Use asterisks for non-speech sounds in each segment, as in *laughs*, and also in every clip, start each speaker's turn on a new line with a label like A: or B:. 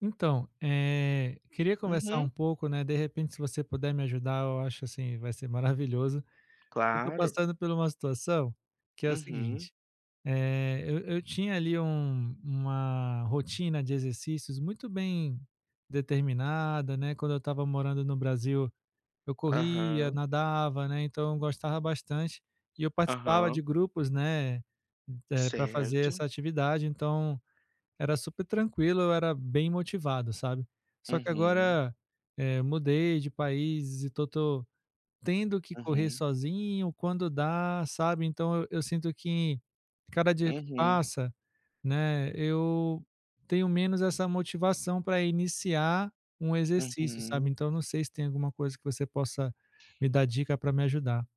A: Então, queria conversar
B: Uhum,
A: um pouco, né, de repente se você puder me ajudar, eu acho, assim, vai ser maravilhoso. Eu tô
B: claro.
A: passando por uma situação que é o
B: Uhum,
A: seguinte, eu tinha ali uma rotina de exercícios muito bem determinada, né, quando eu estava morando no Brasil, eu corria,
B: aham,
A: nadava, né, então eu gostava bastante e eu participava de
B: aham,
A: grupos, né, para fazer
B: certo.
A: essa atividade, então era super tranquilo, eu era bem motivado, sabe. Só que
B: Uhum,
A: agora, mudei de país e tô tendo que correr
B: uhum,
A: sozinho quando dá, sabe. Então eu sinto que cada dia que
B: uhum,
A: passa, né, eu tenho menos essa motivação para iniciar um exercício, sabe.
B: uhum.
A: Então eu não sei se tem alguma coisa que você possa me dar dica para me ajudar.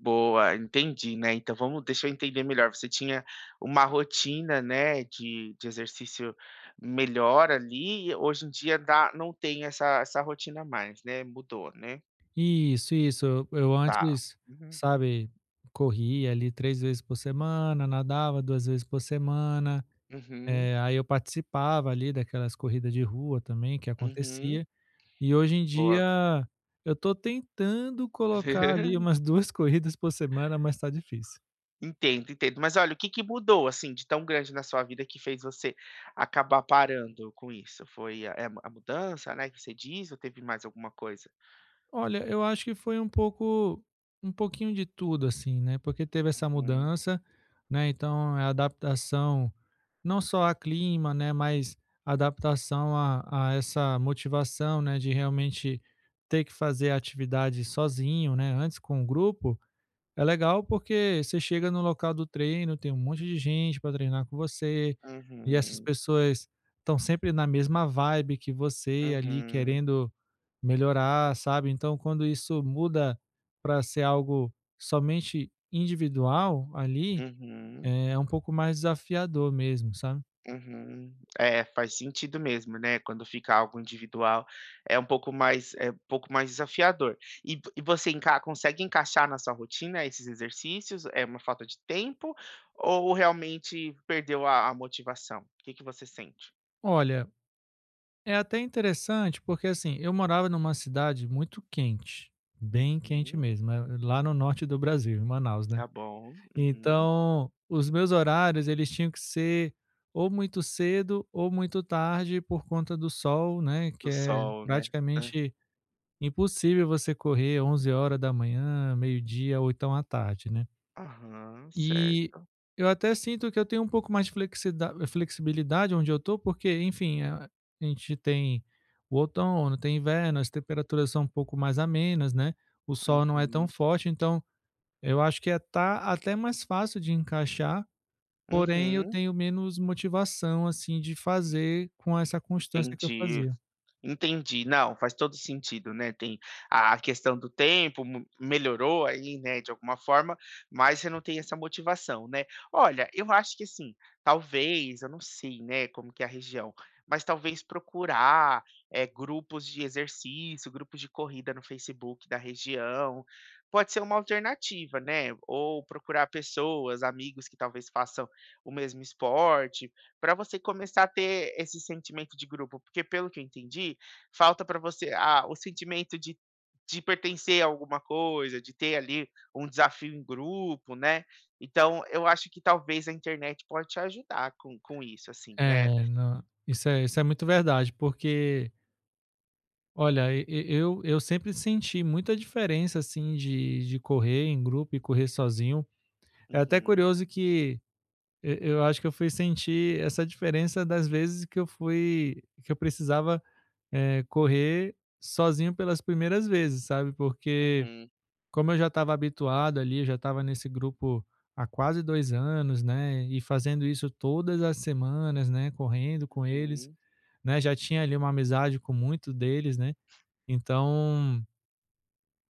B: Boa, entendi, né, então vamos deixa eu entender melhor, você tinha uma rotina, né, de exercício melhor ali e hoje em dia dá não tem essa rotina mais, né, mudou, né?
A: Isso, isso. Eu
B: Tá.
A: antes,
B: Uhum,
A: sabe, corria ali 3 vezes por semana, nadava 2 vezes por semana,
B: uhum,
A: aí eu participava ali daquelas corridas de rua também que
B: uhum.
A: acontecia, e hoje em
B: Boa.
A: dia eu tô tentando colocar ali
B: *laughs*
A: umas *laughs* 2 corridas por semana, mas tá difícil.
B: Entendo, entendo. Mas olha, o que que mudou, assim, de tão grande na sua vida que fez você acabar parando com isso? Foi a é a mu- a mudança, né, que você diz, ou teve mais alguma coisa?
A: Olha, eu acho que foi um pouco um pouquinho de tudo, assim, né, porque teve essa
B: Uhum,
A: mudança, né, então a adaptação, não só a clima, né, mas adaptação a essa motivação, né, de realmente ter que fazer a atividade sozinho, né, antes com o grupo, é legal porque você chega no local do treino, tem um monte de gente para treinar com você, e essas
B: uhum,
A: pessoas estão sempre na mesma vibe que você ali
B: uhum,
A: querendo melhorar, sabe. Então quando isso muda para ser algo somente individual ali,
B: uhum,
A: é um pouco mais desafiador mesmo, sabe.
B: uhum. É, faz sentido mesmo, né, quando fica algo individual, é um pouco mais desafiador. E você enca consegue encaixar na sua rotina esses exercícios? É uma falta de tempo ou realmente perdeu a motivação? O que que você sente?
A: Olha, é até interessante, porque assim, eu morava numa cidade muito quente, bem quente
B: Uhum,
A: mesmo, lá no norte do Brasil, em Manaus, né.
B: tá bom, uhum.
A: Então, os meus horários, eles tinham que ser ou muito cedo ou muito tarde por conta do sol, né, que
B: Do
A: é
B: sol, né. Hã.
A: praticamente impossível você correr 11 horas da manhã, meio-dia ou então à tarde, né.
B: Aham,
A: E
B: certo.
A: eu até sinto que eu tenho um pouco mais de flexida flexibilidade onde eu tô, porque, enfim, a gente tem o outono, tem inverno, as temperaturas são um pouco mais amenas, né, o sol não é tão
B: Uhum,
A: forte, então eu acho que tá até mais fácil de encaixar, porém eu
B: uhum,
A: tenho menos motivação, assim, de fazer com essa constância que eu
B: entendi.
A: fazia.
B: Entendi. Não, faz todo sentido, né, tem a questão do tempo, mu melhorou aí, né, de alguma forma, mas você não tem essa motivação, né. Olha, eu acho que assim, talvez, eu não sei, né, como que é a região, mas talvez procurar, grupos de exercício, grupos de corrida no Facebook da região, pode ser uma alternativa, né, ou procurar pessoas, amigos que talvez façam o mesmo esporte, para você começar a ter esse sentimento de grupo, porque pelo que eu entendi, falta para você a o sentimento de pertencer a alguma coisa, de ter ali um desafio em grupo, né. Então eu acho que talvez a internet pode te ajudar com isso, assim, né.
A: É, não, isso é muito verdade, porque olha, e eu sempre senti muita diferença, assim, de correr em grupo e correr sozinho. É até
B: Uhum,
A: curioso que eu acho que eu fui sentir essa diferença das vezes que eu fui que eu precisava, correr sozinho pelas primeiras vezes, sabe, porque
B: uhum,
A: como eu já estava habituado ali, eu já estava nesse grupo há quase 2 anos, né, e fazendo isso todas as semanas, né, correndo com eles,
B: uhum.
A: né, já tinha ali uma amizade com muito deles, né, então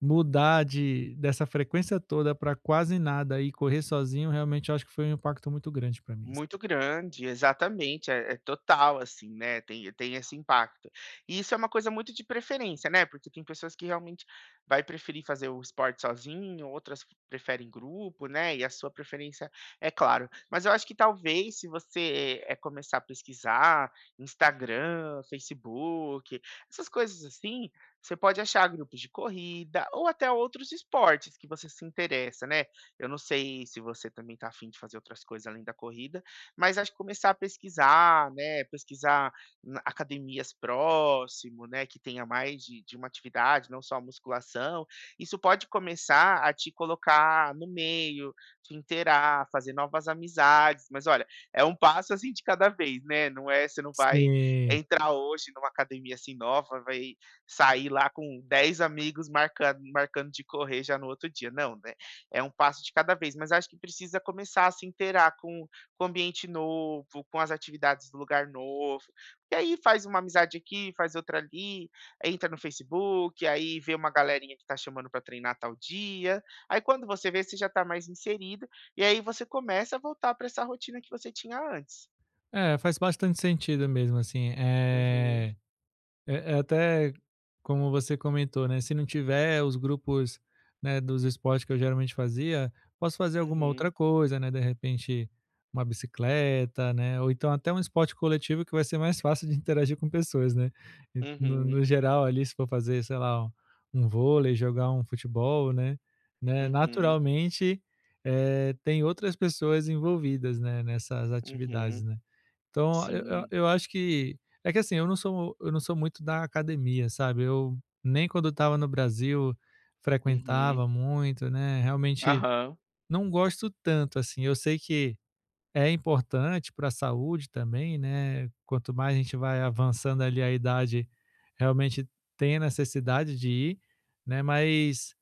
A: Mudar de dessa frequência toda para quase nada e correr sozinho, realmente eu acho que foi um impacto muito grande para mim, assim.
B: Muito grande, exatamente, é total, assim, né, tem esse impacto. E isso é uma coisa muito de preferência, né, porque tem pessoas que realmente vai preferir fazer o esporte sozinho, outras preferem grupo, né, e a sua preferência é claro. Mas eu acho que talvez se você, é começar a pesquisar Instagram, Facebook, essas coisas assim, você pode achar grupos de corrida ou até outros esportes que você se interessa, né. Eu não sei se você também está afim de fazer outras coisas além da corrida, mas acho que começar a pesquisar, né, pesquisar na academias próximo, né, que tenha mais de uma atividade, não só a musculação. Isso pode começar a te colocar no meio, te inteirar, fazer novas amizades, mas olha, é um passo, assim, de cada vez, né, não é você não vai
A: Sim.
B: entrar hoje numa academia, assim, nova, vai sair lá com 10 amigos marcando de correr já no outro dia, não, né é um passo de cada vez, mas acho que precisa começar a se inteirar com o ambiente novo, com as atividades do lugar novo. E aí faz uma amizade aqui, faz outra ali, aí entra no Facebook, aí vê uma galerinha que está chamando para treinar tal dia. Aí quando você vê, você já está mais inserido, e aí você começa a voltar para essa rotina que você tinha antes.
A: É, faz bastante sentido mesmo, assim,
B: Uhum,
A: é, é até como você comentou, né? Se não tiver os grupos, né, dos esportes que eu geralmente fazia, posso fazer alguma
B: uhum,
A: outra coisa, né? De repente, uma bicicleta, né? Ou então até um esporte coletivo que vai ser mais *laughs* fácil de interagir com pessoas, né? E
B: uhum,
A: no geral, ali, se for fazer, sei lá, um vôlei, jogar um futebol, né? Né,
B: uhum,
A: naturalmente, tem outras pessoas envolvidas, né? Nessas atividades,
B: uhum.
A: né? Então, eu eu
B: Sim.
A: eu acho que assim, eu não sou muito da academia, sabe, eu nem quando estava no Brasil
B: Uhum.
A: frequentava muito, né, realmente
B: Aham.
A: não gosto tanto, assim. Eu sei que é importante para a saúde também, né, quanto mais a gente vai avançando ali a idade, realmente tem a necessidade de ir, né, mas,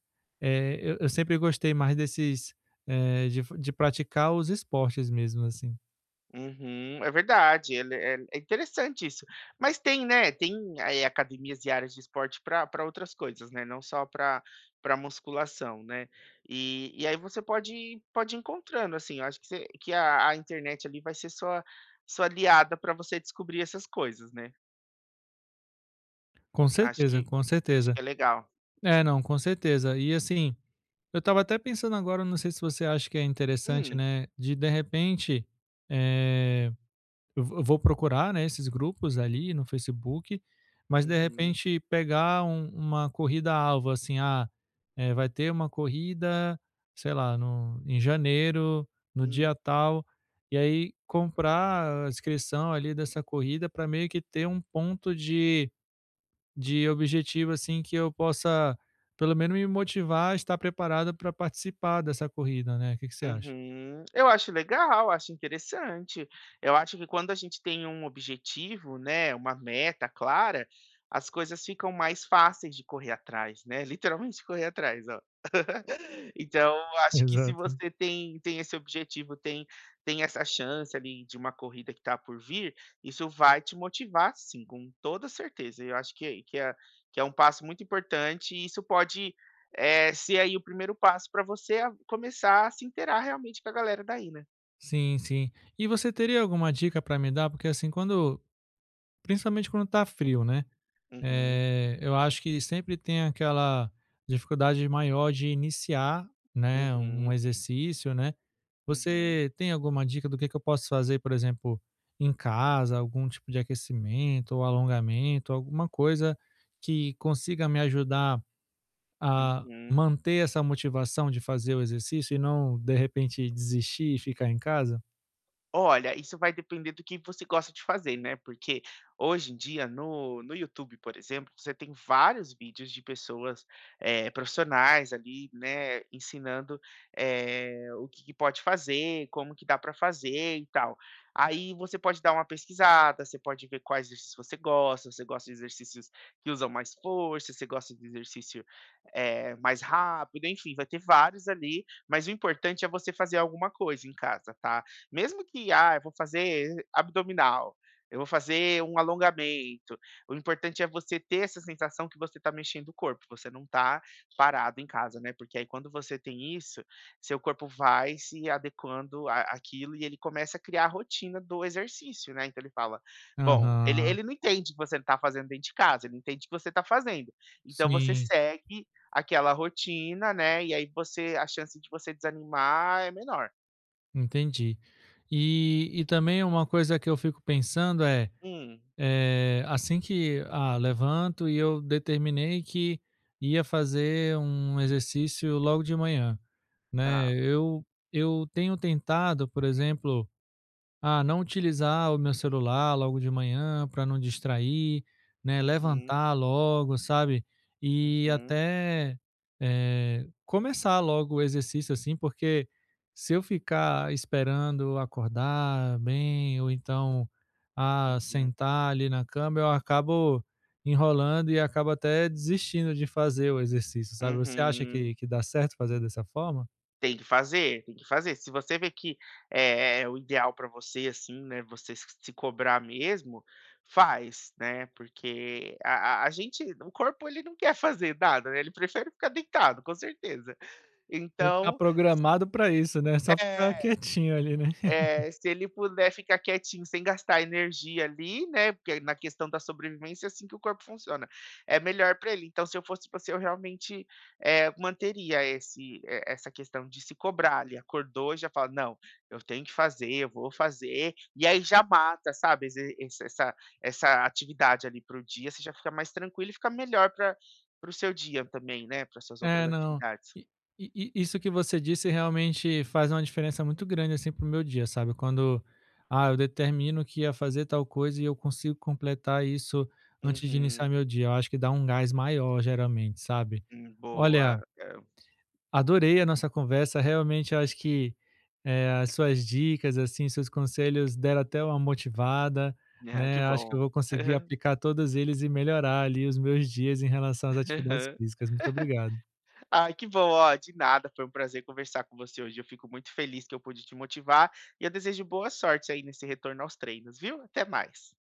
A: eu sempre gostei mais desses, de praticar os esportes mesmo, assim.
B: Uhum, é verdade, ele é interessante isso. Mas tem, né, tem, aí academias e áreas de esporte para pra outras coisas, né, não só para musculação, né. E aí você pode ir encontrando, assim, eu acho que você que a internet ali vai ser sua aliada para você descobrir essas coisas, né.
A: Com
B: Acho
A: certeza,
B: que
A: com
B: acho que
A: certeza.
B: é legal.
A: É, não, com certeza. E assim, eu estava até pensando agora, não sei se você acha que é interessante,
B: Hum,
A: né? De repente, eh, eu vou procurar, né, esses grupos ali no Facebook, mas de
B: uhum,
A: repente pegar uma corrida-alvo, assim, ah, vai ter uma corrida, sei lá, em janeiro, no
B: hum.
A: dia tal, e aí comprar a inscrição ali dessa corrida para meio que ter um ponto de objetivo, assim, que eu possa pelo menos me motivar a estar preparado para participar dessa corrida, né? O que que você acha?
B: Uhum. Eu acho legal, acho interessante. Eu acho que quando a gente tem um objetivo, né, uma meta clara, as coisas ficam mais fáceis de correr atrás, né? Literalmente *laughs* correr atrás, ó. *laughs* Então, acho que se
A: Exato.
B: você tem, tem, esse objetivo, tem essa chance ali de uma corrida que está por vir, isso vai te motivar, sim, com toda certeza. Eu acho que é um passo muito importante e isso pode se aí o primeiro passo para você a começar a se interar realmente com a galera daí, né.
A: Sim, sim. E você teria alguma dica para me dar? Porque assim, quando principalmente quando tá frio, né?
B: Uhum,
A: Eu acho que sempre tem aquela dificuldade maior de iniciar, né, um
B: uhum,
A: exercício, né.
B: uhum,
A: Você tem alguma dica do que eu posso fazer, por exemplo, em casa, algum tipo de aquecimento ou alongamento, alguma coisa que consiga me ajudar a
B: uhum.
A: manter essa motivação de fazer o exercício e não, de repente, desistir e ficar em casa?
B: Olha, isso vai depender do que você gosta de fazer, né, porque hoje em dia no YouTube, por exemplo, você tem vários vídeos de pessoas, profissionais ali, né, ensinando, o que que pode fazer, como que dá para fazer e tal. Aí você pode dar uma pesquisada, você pode ver quais exercícios você gosta de exercícios que usam mais força, você gosta de exercício, mais rápido, enfim, vai ter vários ali, mas o importante é você fazer alguma coisa em casa, tá. Mesmo que, ah, eu vou fazer abdominal, eu vou fazer um alongamento. O importante é você ter essa sensação que você está mexendo o corpo, você não está parado em casa, né? Porque aí quando você tem isso, seu corpo vai se adequando àquilo e ele começa a criar a rotina do exercício, né? Então ele fala, bom, ele,
A: Aham,
B: ele não entende que você não está fazendo dentro de casa, ele entende que você está fazendo. Então você
A: sim,
B: segue aquela rotina, né? E aí você, a chance de você desanimar é menor.
A: entendi. E também uma coisa que eu fico pensando é
B: Hum,
A: Assim que ah, levanto e eu determinei que ia fazer um exercício logo de manhã,
B: tá.
A: né. Eu tenho tentado, por exemplo ah, não utilizar o meu celular logo de manhã para não distrair, né,
B: Uhum,
A: levantar logo, sabe, e
B: uhum,
A: até, começar logo o exercício, assim, porque se eu ficar esperando acordar bem ou então, ah,
B: uhum,
A: sentar ali na cama, eu acabo enrolando e acabo até desistindo de fazer o exercício, sabe. Você acha
B: uhum.
A: que dá certo fazer dessa forma?
B: Tem que fazer, tem que fazer. Se você vê que é o ideal para você, assim, né, você se cobrar mesmo, faz, né, porque a gente o corpo ele não quer fazer nada, né, ele prefere ficar deitado, com certeza.
A: Ele que
B: Então,
A: programado para isso, né, só ficar
B: é
A: quietinho ali, né.
B: É, se ele puder ficar quietinho sem gastar energia ali, né, porque na questão da sobrevivência é assim que o corpo funciona, é melhor para ele. Então, se eu fosse você, eu realmente, manteria esse e essa questão de se cobrar ali. Acordou, e já fala: "Não, eu tenho que fazer, eu vou fazer", e aí já mata, sabe, esse esse essa essa atividade ali para o dia, você já fica mais tranquilo e fica melhor para o seu dia também, né, para suas outras
A: É, não.
B: atividades.
A: E e e isso que você disse realmente faz uma diferença muito grande, assim, para o meu dia, sabe. Quando, ah, eu determino que ia fazer tal coisa e eu consigo completar isso antes de iniciar
B: Uhum.
A: meu dia, eu acho que dá um gás maior geralmente, sabe. Olha,
B: Boa. É.
A: adorei a nossa conversa, realmente eu acho que, as suas dicas, assim, seus conselhos deram até uma motivada,
B: Ah, que
A: né, acho que eu
B: bom.
A: vou conseguir
B: *laughs*
A: aplicar todos eles e melhorar ali os meus dias em relação às atividades
B: Aham.
A: físicas. Muito obrigado.
B: Ai, que bom, ó, de nada, foi um prazer conversar com você hoje. Eu fico muito feliz que eu pude te motivar e eu desejo boa sorte aí nesse retorno aos treinos, viu? Até mais.